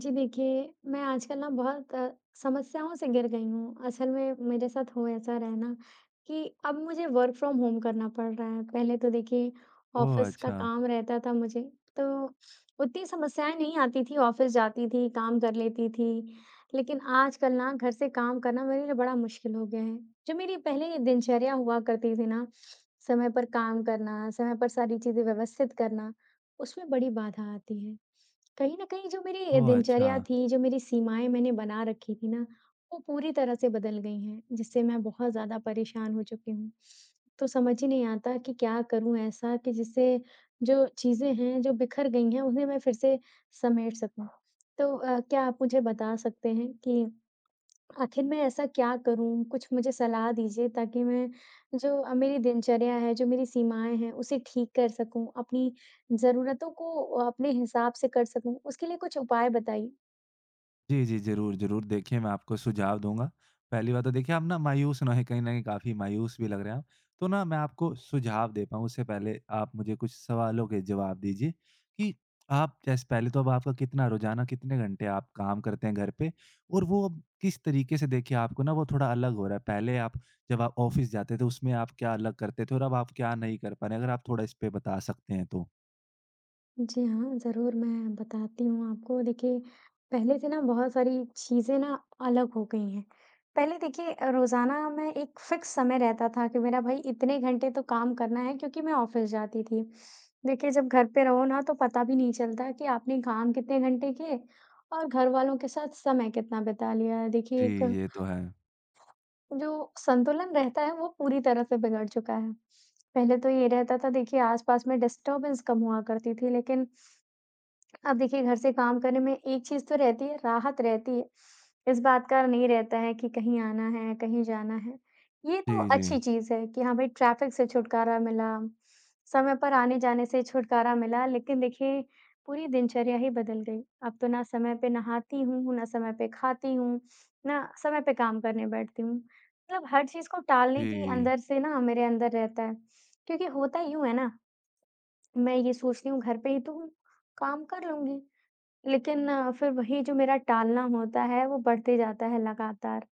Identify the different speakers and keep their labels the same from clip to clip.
Speaker 1: जी देखिए, मैं आजकल ना बहुत समस्याओं से घिर गई हूँ। असल में मेरे साथ हो ऐसा रहा है ना कि अब मुझे वर्क फ्रॉम होम करना पड़ रहा है। पहले तो देखिए
Speaker 2: ओह
Speaker 1: ऑफ़िस का
Speaker 2: अच्छा!
Speaker 1: काम रहता था मुझे, तो उतनी समस्याएँ नहीं आती थी, ऑफ़िस जाती थी, काम कर लेती थी। लेकिन आजकल ना घर से काम करना मेरे लिए बड़ा मुश्किल हो गया है। जो मेरी पहले ये दिनचर्या हुआ करती थी ना, समय पर काम करना, समय पर सारी चीज़ें व्यवस्थित करना, उसमें बड़ी बाधा आती है। कहीं न कहीं जो मेरी
Speaker 2: ओह अच्छा!
Speaker 1: दिनचर्या थी, जो मेरी सीमाएँ मैंने बना रखी थी ना, वो पूरी तरह से बदल गई हैं, जिससे मैं बहुत ज़्यादा परेशान हो चुकी हूँ। तो समझ ही नहीं आता कि क्या करूँ ऐसा कि जिससे जो चीज़ें हैं, जो बिखर गई हैं, उन्हें मैं फिर से समेट सकूँ। तो क्या आप मुझे बता सकते हैं कि आखिर मैं ऐसा क्या करूँ? कुछ मुझे सलाह दीजिए ताकि मैं जो मेरी दिनचर्या है, जो मेरी सीमाएँ हैं, उसे ठीक कर सकूँ, अपनी ज़रूरतों को अपने हिसाब से कर सकूँ। उसके लिए कुछ उपाय बताइए।
Speaker 2: जी, जी, ज़रूर, ज़रूर। देखिए, मैं आपको सुझाव दूँगा। पहली बात तो देखिए, आप ना मायूस ना होएँ, कहीं न कहीं काफ़ी मायूस भी लग रहे हैं आप। तो ना मैं आपको सुझाव दे पाऊँ उससे पहले आप मुझे कुछ सवालों के जवाब दीजिए कि आप जैसे पहले तो अब आपका कितना रोज़ाना कितने घंटे आप काम करते हैं घर पे? और वो अब किस तरीके से देखिए आपको ना वो थोड़ा अलग हो रहा है? पहले आप जब आप ऑफ़िस जाते थे, उसमें आप क्या अलग करते थे और अब आप क्या नहीं कर पा रहे हैं? अगर आप थोड़ा इस पे बता सकते हैं तो।
Speaker 1: जी हाँ, ज़रूर मैं बताती हूँ आपको। देखिए, पहले से ना बहुत सारी चीज़ें ना अलग हो गई हैं। पहले देखिए रोज़ाना मैं एक फ़िक्स समय रहता था कि मेरा भई इतने घंटे तो काम करना है क्योंकि मैं ऑफ़िस जाती थी। देखिए, जब घर पे रहो ना तो पता भी नहीं चलता कि आपने काम कितने घंटे किए और घरवालों के साथ समय कितना बिता लिया।
Speaker 2: जी,
Speaker 1: देखिए, एक
Speaker 2: ये तो है।
Speaker 1: जो संतुलन रहता है वो पूरी तरह से बिगड़ चुका है। पहले तो ये रहता था देखिए आस-पास में डिस्टर्बेंस कम हुआ करती थी लेकिन अब देखिए घर से काम करने में एक चीज़ तो रहती है, राहत रहती है। इस बात का नहीं रहता है कि कहीं आना है, कहीं जाना है। ये
Speaker 2: जी,
Speaker 1: तो
Speaker 2: जी।
Speaker 1: अच्छी चीज़ है कि हाँ भाई ट्रैफ़िक से छुटकारा मिला, समय पर आने-जाने से छुटकारा मिला, लेकिन देखिए पूरी दिनचर्या ही बदल गई। अब तो ना समय पे नहाती हूँ, ना समय पे खाती हूँ, ना समय पे काम करने बैठती हूँ। मतलब हर चीज़ को टालने की
Speaker 2: जी।
Speaker 1: अंदर से ना मेरे अंदर रहता है। क्योंकि होता यूँ है ना, मैं ये सोचती हूँ घर पे ही तो हूँ, काम कर लूँगी। लेकिन फिर वही जो मेरा टालना होता है, वो बढ़ते जाता है लगातार।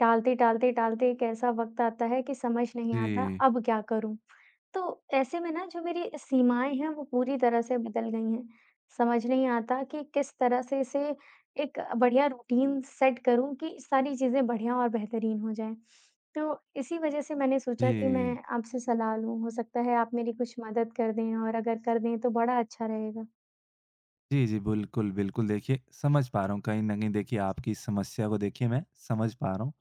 Speaker 1: टालते, टालते, टालते एक ऐसा वक़्त आता है कि समझ नहीं आता
Speaker 2: जी,
Speaker 1: अब क्या करूँ? तो ऐसे में ना जो मेरी सीमाएँ हैं वो पूरी तरह से बदल गई हैं। समझ नहीं आता कि किस तरह से इसे एक बढ़िया रूटीन सेट करूँ कि सारी चीज़ें बढ़िया और बेहतरीन हो जाएँ। तो इसी वजह से मैंने सोचा कि
Speaker 2: जी।
Speaker 1: मैं आपसे सलाह लूँ, हो सकता है आप मेरी कुछ मदद कर दें और अगर कर दें तो बड़ा अच्छा रहेगा।
Speaker 2: जी, जी, बिल्कुल, बिल्कुल देखिए समझ पा रहा हूँ कहीं न कहीं देखिए आपकी इस समस्या को देखिए मैं समझ पा रहा हूँ।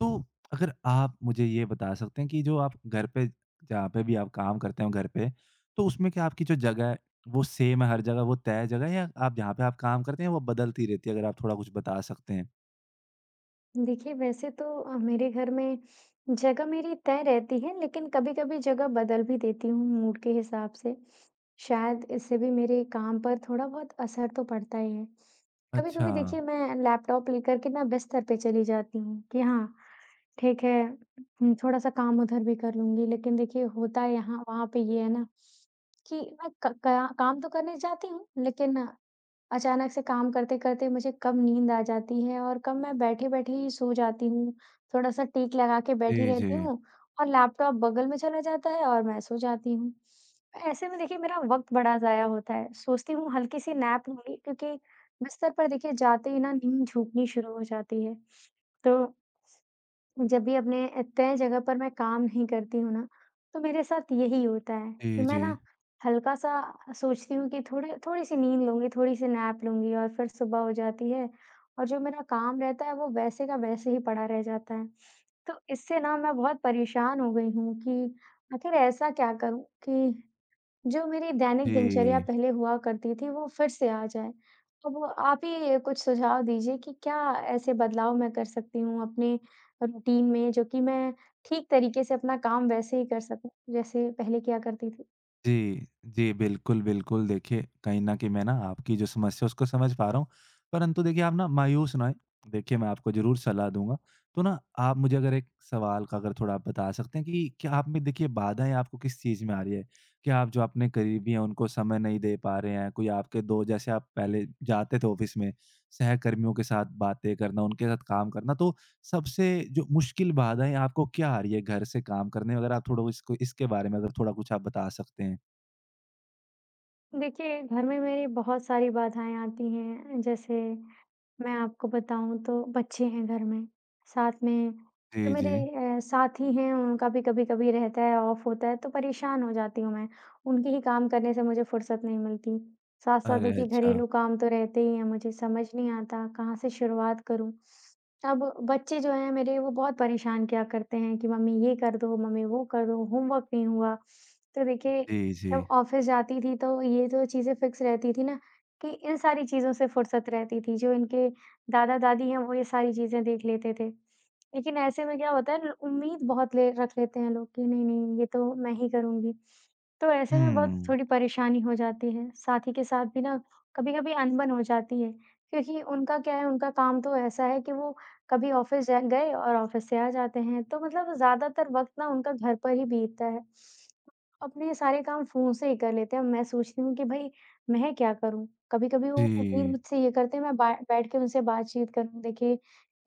Speaker 2: तो अगर आप मुझे ये बता सकते हैं कि जो आप घर पे जहाँ पे भी आप काम करते हो घर पे, तो उसमें क्या आपकी जो जगह है वो सेम है हर जगह, वो तय जगह है या आप जहाँ पे आप काम करते हैं वो बदलती रहती है? अगर आप थोड़ा कुछ बता सकते हैं।
Speaker 1: देखिए वैसे तो मेरे घर में जगह मेरी तय रहती है लेकिन कभी-कभी जगह बदल भी देती हूँ मूड के हिसाब से। शायद इससे भी मेरे काम पर थोड़ा बहुत असर तो पड़ता ही है।
Speaker 2: अच्छा।
Speaker 1: कभी-कभी देखिए मैं लैपटॉप लेकर के ना बिस्तर पे चली जाती हूँ कि हाँ, ठीक है थोड़ा-सा काम उधर भी कर लूँगी लेकिन देखिए होता है यहाँ वहाँ पे ये है ना कि मैं क का काम तो करने जाती हूँ लेकिन अचानक से काम करते-करते मुझे कब नींद आ जाती है और कब मैं बैठे-बैठे ही सो जाती हूँ। थोड़ा-सा टीक लगा के बैठी
Speaker 2: जी,
Speaker 1: रहती
Speaker 2: जी।
Speaker 1: हूँ और लैपटॉप बगल में चला जाता है और मैं सो जाती हूँ। ऐसे में देखिए मेरा वक़्त बड़ा ज़ाया होता है। सोचती हूँ हल्की-सी नैप लूँगी क्योंकि बिस्तर पर देखिए जाते ही ना नींद झूकनी शुरू हो जाती है। तो जब भी अपने तय जगह पर मैं काम नहीं करती हूँ ना, तो मेरे साथ यही होता है कि
Speaker 2: जी,
Speaker 1: मैं
Speaker 2: जी।
Speaker 1: ना हल्का-सा सोचती हूँ कि थोड़े थोड़ी-सी नींद लूँगी, थोड़ी-सी नैप लूँगी और फिर सुबह हो जाती है और जो मेरा काम रहता है, वो वैसे का वैसे ही पड़ा रह जाता है। तो इससे ना मैं बहुत परेशान हो गई हूँ कि आखिर ऐसा क्या करूँ कि जो मेरी दैनिक दिनचर्या
Speaker 2: जी।
Speaker 1: पहले हुआ करती थी, वो फिर से आ जाए। अब वो आप ही कुछ सुझाव दीजिए कि क्या ऐसे बदलाव मैं कर सकती हूँ अपने रूटीन में, जो कि मैं ठीक तरीके से अपना काम वैसे ही कर सकूँ, जैसे पहले किया करती थी?
Speaker 2: जी, जी, बिल्कुल, बिल्कुल। देखिए, कहीं न कहीं मैं ना आपकी जो समस्या है उसको समझ पा रहा हूँ, परंतु देखिए आप ना मायूस ना होएँ। देखिए, मैं आपको ज़रूर सलाह दूँगा। तो ना आप मुझे अगर एक सवाल का अगर थोड़ा आप बता सकते हैं कि क्या आप में देखिए बाधाएँ आपको किस चीज़ में आ रही है? क्या आप जो अपने करीबी हैं उनको समय नहीं दे पा रहे हैं? कोई आपके दो जैसे आप पहले जाते थे ऑफ़िस में, सहकर्मियों के साथ बातें करना, उनके साथ काम करना तो सबसे जो मुश्किल बाधाएँ आपको क्या आ रही है घर से काम करने में? अगर आप थोड़ा इसको इसके बारे में अगर थोड़ा कुछ आप बता सकते हैं?
Speaker 1: देखिए, घर में मेरे बहुत सारी बाधाएँ आती हैं। जैसे मैं आपको बताऊँ तो बच्चे हैं घर में, साथ में जो
Speaker 2: जी,
Speaker 1: मेरे
Speaker 2: जी।
Speaker 1: साथी हैं उनका भी कभी-कभी रहता है, ऑफ होता है तो परेशान हो जाती हूँ मैं। उनके ही काम करने से मुझे फुर्सत नहीं मिलती। साथ-साथ
Speaker 2: अरे
Speaker 1: देखिए
Speaker 2: अच्छा!
Speaker 1: घरेलू काम तो रहते ही हैं, मुझे समझ नहीं आता कहाँ से शुरुआत करूँ। अब बच्चे जो हैं मेरे वो बहुत परेशान किया करते हैं कि मम्मी ये कर दो, मम्मी वो कर दो, होमवर्क नहीं हुआ। तो देखिए
Speaker 2: जी,
Speaker 1: जब
Speaker 2: जी।
Speaker 1: ऑफ़िस जाती थी तो ये जो चीज़ें फ़िक्स रहती थी ना कि इन सारी चीज़ों से फ़ुर्सत रहती थी, जो इनके दादा-दादी हैं वो ये सारी चीज़ें देख लेते थे। लेकिन ऐसे में क्या होता है उम्मीद बहुत ले रख लेते हैं लोग कि नहीं-नहीं ये तो मैं ही करूँगी। तो ऐसे में बहुत
Speaker 2: हुँ।
Speaker 1: थोड़ी परेशानी हो जाती है, साथी के साथ भी ना कभी-कभी अनबन हो जाती है क्योंकि उनका क्या है उनका काम तो ऐसा है कि वो कभी ऑफ़िस ज गए और ऑफ़िस से आ जाते हैं। तो मतलब ज़्यादातर वक़्त ना उनका घर पर ही बीतता है। अपने ये सारे काम फ़ोन से ही कर लेते हैं। मैं सोचती हूँ कि भई मैं क्या करूँ? कभी-कभी वो उम्मीद
Speaker 2: जी।
Speaker 1: मुझसे ये करते हैं मैं बा बैठ के उनसे बातचीत करूँ। देखिए,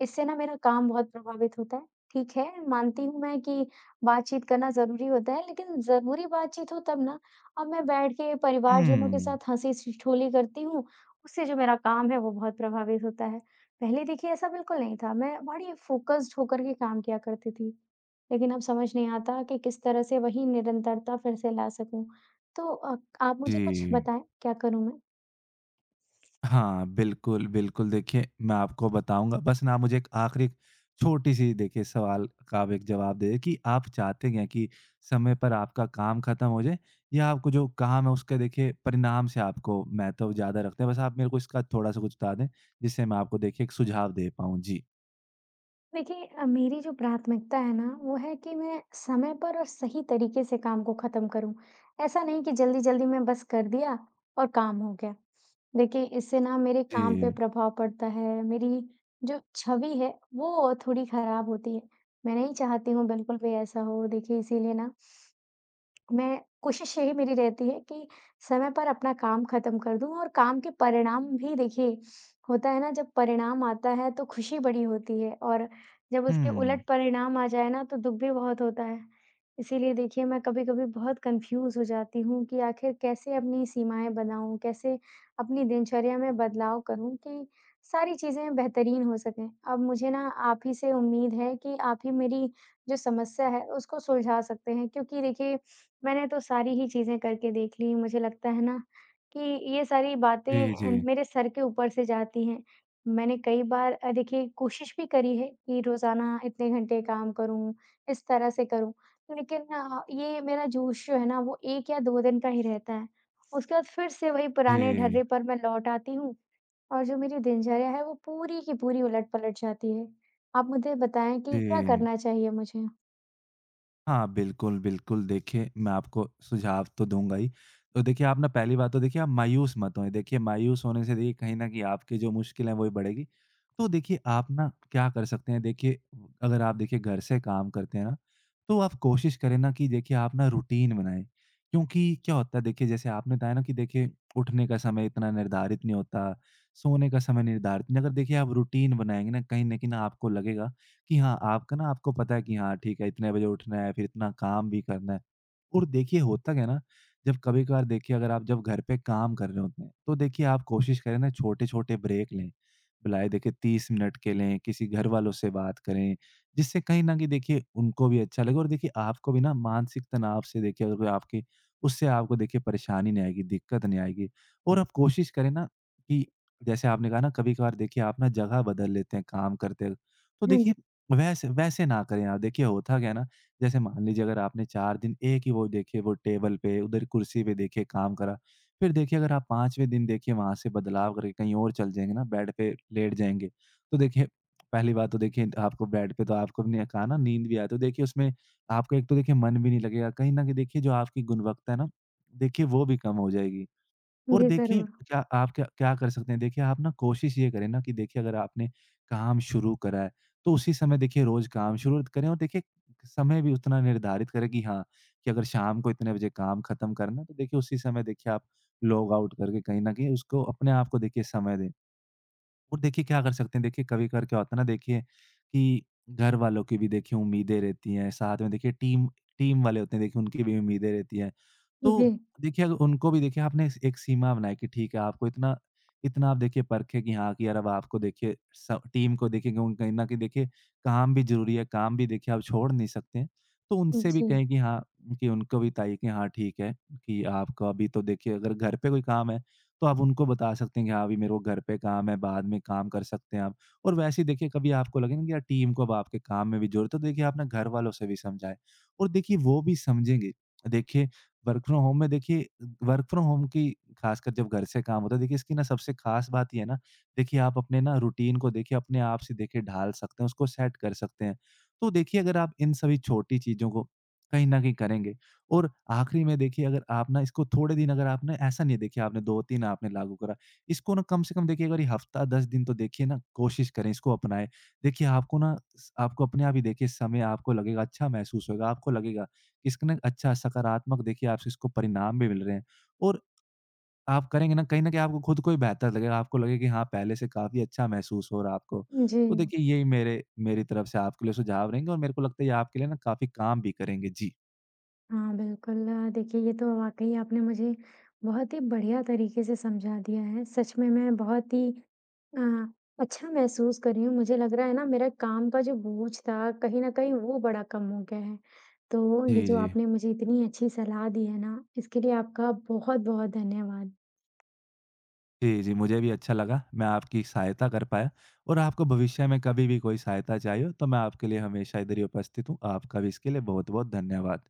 Speaker 1: इससे ना मेरा काम बहुत प्रभावित होता है। ठीक है, मानती हूँ मैं कि बातचीत करना ज़रूरी होता है, लेकिन ज़रूरी बातचीत हो तब ना। अब मैं बैठ के परिवारजनों के
Speaker 2: हुँ।
Speaker 1: साथ हँसी-ठिठोली करती हूँ, उससे जो मेरा काम है वो बहुत प्रभावित होता है। पहले देखिए ऐसा बिल्कुल नहीं था, मैं बड़ी फ़ोकस्ड होकर के काम किया करती थी। लेकिन अब समझ नहीं आता कि किस तरह से वही निरंतरता फिर से ला सकूँ। तो आप मुझे कुछ
Speaker 2: जी।
Speaker 1: बताएँ क्या करूँ मैं?
Speaker 2: हाँ, बिल्कुल, बिल्कुल देखिए मैं आपको बताऊँगा बस ना मुझे एक आखिरी छोटी-सी देखिए सवाल का आप एक जवाब दे दें कि आप चाहते क्या हैं कि समय पर आपका काम ख़त्म हो जाए या आपको जो काम है उसके देखिए परिणाम से आपको महत्व ज़्यादा रखते हैं? बस आप मेरे को इसका थोड़ा-सा कुछ बता दें जिससे मैं आपको देखिए एक सुझाव दे पाऊँ। जी।
Speaker 1: देखिए मेरी जो प्राथमिकता है ना, वो है कि मैं समय पर और सही तरीके से काम को ख़त्म करूँ। ऐसा नहीं कि जल्दी-जल्दी में बस कर दिया और काम हो गया। देखिए इससे ना मेरे काम पे
Speaker 2: जी।
Speaker 1: प्रभाव पड़ता है, मेरी जो छवि है वो थोड़ी ख़राब होती है। मैं नहीं चाहती हूँ बिल्कुल भी ऐसा हो। देखिए इसीलिए ना मैं कोशिश यही मेरी रहती है कि समय पर अपना काम खत्म कर दूं और काम के परिणाम भी देखिए होता है ना जब परिणाम आता है तो खुशी बड़ी होती है और जब उसके
Speaker 2: हुँ।
Speaker 1: उलट परिणाम आ जाए ना तो दुख भी बहुत होता है इसीलिए देखिए मैं कभी कभी बहुत कंफ्यूज हो जाती हूँ कि आखिर कैसे अपनी सीमाएं बनाऊं कैसे अपनी दिनचर्या में बदलाव करूं कि सारी चीजें बेहतरीन हो सकें अब मुझे ना आप ही से उम्मीद है कि आप ही मेरी जो समस्या है उसको सुलझा सकते हैं क्योंकि देखिए मैंने तो सारी ही चीज़ें करके देख ली। मुझे लगता है ना कि ये सारी बातें
Speaker 2: जी, जी।
Speaker 1: मेरे सर के ऊपर से जाती हैं। मैंने कई बार देखिए कोशिश भी करी है कि रोज़ाना इतने घंटे काम करूँ, इस तरह से करूँ। लेकिन ये मेरा जोश जो है ना वो 1 या 2 दिन का ही रहता है। उसके बाद फिर से वही पुराने ढर्रे
Speaker 2: जी,
Speaker 1: पर मैं लौट आती हूँ और जो मेरी दिनचर्या है वो पूरी की पूरी उलट-पलट जाती है। आप मुझे बताएँ कि क्या
Speaker 2: जी।
Speaker 1: करना चाहिए मुझे?
Speaker 2: हाँ, बिल्कुल, बिल्कुल। देखिए, मैं आपको सुझाव तो दूँगा ही। तो देखिए, आप ना पहली बात तो देखिए आप मायूस मत होएँ। देखिए, मायूस होने से देखिए कहीं न कहीं आपकी जो मुश्किल है, वो ही बढ़ेगी। तो देखिए, आप ना क्या कर सकते हैं, देखिए अगर आप देखिए घर से काम करते हैं ना, तो आप कोशिश करें ना कि देखिए आप ना रूटीन बनाएँ। क्योंकि क्या होता है देखिए, जैसे आपने बताया ना कि देखिए उठने का समय इतना निर्धारित नहीं होता, सोने का समय निर्धारित नहीं अगर देखिए आप रूटीन बनाएँगे ना, कहीं न कहीं ना आपको लगेगा कि हाँ, आपका ना आपको पता है कि हाँ, ठीक है इतने बजे उठना है, फिर इतना काम भी करना है। और देखिए होता क्या है ना, जब कभी-कभार देखिए अगर आप जब घर पे काम कर रहे होते हैं, तो देखिए आप कोशिश करें ना छोटे-छोटे ब्रेक लें। भलाए देखिए 30 मिनट के लें, किसी घर वालों से बात करें, जिससे कहीं न कहीं देखिए उनको भी अच्छा लगे और देखिए आपको भी ना मानसिक तनाव से देखिए अगर कोई आपके उससे आपको देखिए परेशानी नहीं आएगी, दिक्कत नहीं आएगी। और आप कोशिश करें ना कि जैसे आपने कहा ना कभी-कभार देखिए आप ना जगह बदल लेते हैं काम करते वक़्त, तो
Speaker 1: हाँ जी।
Speaker 2: देखिए वैसे वैसे ना करें आप। देखिए होता क्या है ना, जैसे मान लीजिए अगर आपने 4 दिन एक ही वो देखिए वो टेबल पे, उधर कुर्सी पे देखिए काम करा। फिर देखिए अगर आप 5वें दिन देखिए वहाँ से बदलाव करके कहीं और चल जाएँगे ना, बेड पे लेट जाएँगे। तो देखिए पहली बात तो देखिए आपको बेड पे तो आपको ने कहा ना नींद भी आए तो देखिए उसमें आपको एक तो देखिए मन भी नहीं लगेगा। कहीं न कहीं देखिए जो आपकी गुणवत्ता है ना, देखिए वो भी कम हो जाएगी। और
Speaker 1: जी,
Speaker 2: देखिए,
Speaker 1: ज़रूर।
Speaker 2: क्या क्या कर सकते हैं, देखिए आप ना कोशिश ये करें ना कि देखिए अगर आपने काम शुरू करा है, तो उसी समय देखिए रोज़ काम शुरू करें और देखिए समय भी उतना निर्धारित करें कि हाँ, कि अगर शाम को इतने बजे काम खत्म करना है, तो देखिए उसी समय देखिए आप लॉग आउट करके कहीं न कहीं उसको अपने आप को देखिए समय दें। और देखिए क्या कर सकते हैं, देखिए कभी-कभार क्या होता है ना देखिए कि घर वालों की भी देखिए उम्मीदें रहती हैं, साथ में देखिए टीम टीम वाले होते हैं देखिए उनकी भी उम्मीदें रहती हैं। तो देखिए अगर उनको भी देखिए आपने एक सीमा बनाई कि ठीक है आपको इतना इतना आप देखिए परखें कि हाँ, कि यार अब आपको देखिए स टीम को देखिए क्यों कहीं न कहीं देखिए काम भी ज़रूरी है, काम भी देखिए आप छोड़ नहीं सकते हैं। तो
Speaker 1: जी,
Speaker 2: उनसे भी
Speaker 1: जी।
Speaker 2: कहें कि हाँ, कि उनको भी बताइए कि हाँ, ठीक है कि आपका अभी तो देखिए अगर घर पे कोई काम है तो आप उनको बता सकते हैं कि हाँ, अभी मेरे को घर पे काम है, बाद में काम कर सकते हैं आप। और वैसे ही देखिए कभी आपको लगे ना कि यार टीम को अब आपके काम में भी ज़रूरत है, तो देखिए आप ना घर वालों से भी समझाएँ और देखिए वो भी समझेंगे। देखिए वर्क फ्रॉम होम में देखिए वर्क फ्रॉम होम की खासकर जब घर से काम होता है, देखिए इसकी ना सबसे खास बात ये है ना, देखिए आप अपने ना रूटीन को देखिए अपने आप से देखिए ढाल सकते हैं, उसको सेट कर सकते हैं। तो देखिए अगर आप इन सभी छोटी चीज़ों को कहीं न कहीं करेंगे और आखिरी में देखिए अगर आप ना इसको थोड़े दिन अगर आपने ऐसा नहीं है देखिए आपने 2-3 आपने लागू करा। इसको ना कम से कम देखिए अगर ये हफ्ता 10 दिन तो देखिए ना कोशिश करें इसको अपनाएँ। देखिए आपको ना स आपको अपने आप ही देखिए समय आपको लगेगा अच्छा महसूस होगा, आपको लगेगा इसका ना अच्छा सकारात्मक देखिए आपसे इसको परिणाम भी मिल रहे हैं। और आप करेंगे ना कहीं न कहीं आपको खुद को ही बेहतर लगेगा, आपको लगेगा कि हाँ, पहले से काफ़ी अच्छा महसूस हो रहा है आपको।
Speaker 1: जी,
Speaker 2: तो देखिए यही मेरे मेरी तरफ से आपके लिए सुझाव रहेंगे और मेरे को लगता है ये आपके लिए ना काफ़ी काम भी करेंगे। जी।
Speaker 1: हाँ, बिल्कुल। देखिए, ये तो वाक़ई आपने मुझे बहुत ही बढ़िया तरीके से समझा दिया है। सच में मैं बहुत ही अ, अच्छा महसूस कर रही हूँ। मुझे लग रहा है ना, मेरा काम का जो बोझ था, कहीं न कहीं वो बड़ा कम हो गया है। तो
Speaker 2: जी,
Speaker 1: ये जो
Speaker 2: जी।
Speaker 1: आपने मुझे इतनी अच्छी सलाह दी है ना, इसके लिए आपका बहुत-बहुत धन्यवाद।
Speaker 2: जी, जी, मुझे भी अच्छा लगा। मैं आपकी सहायता कर पाया और आपको भविष्य में कभी भी कोई सहायता चाहिए हो, तो मैं आपके लिए हमेशा इधर ही उपस्थित हूँ। आपका भी इसके लिए बहुत-बहुत धन्यवाद।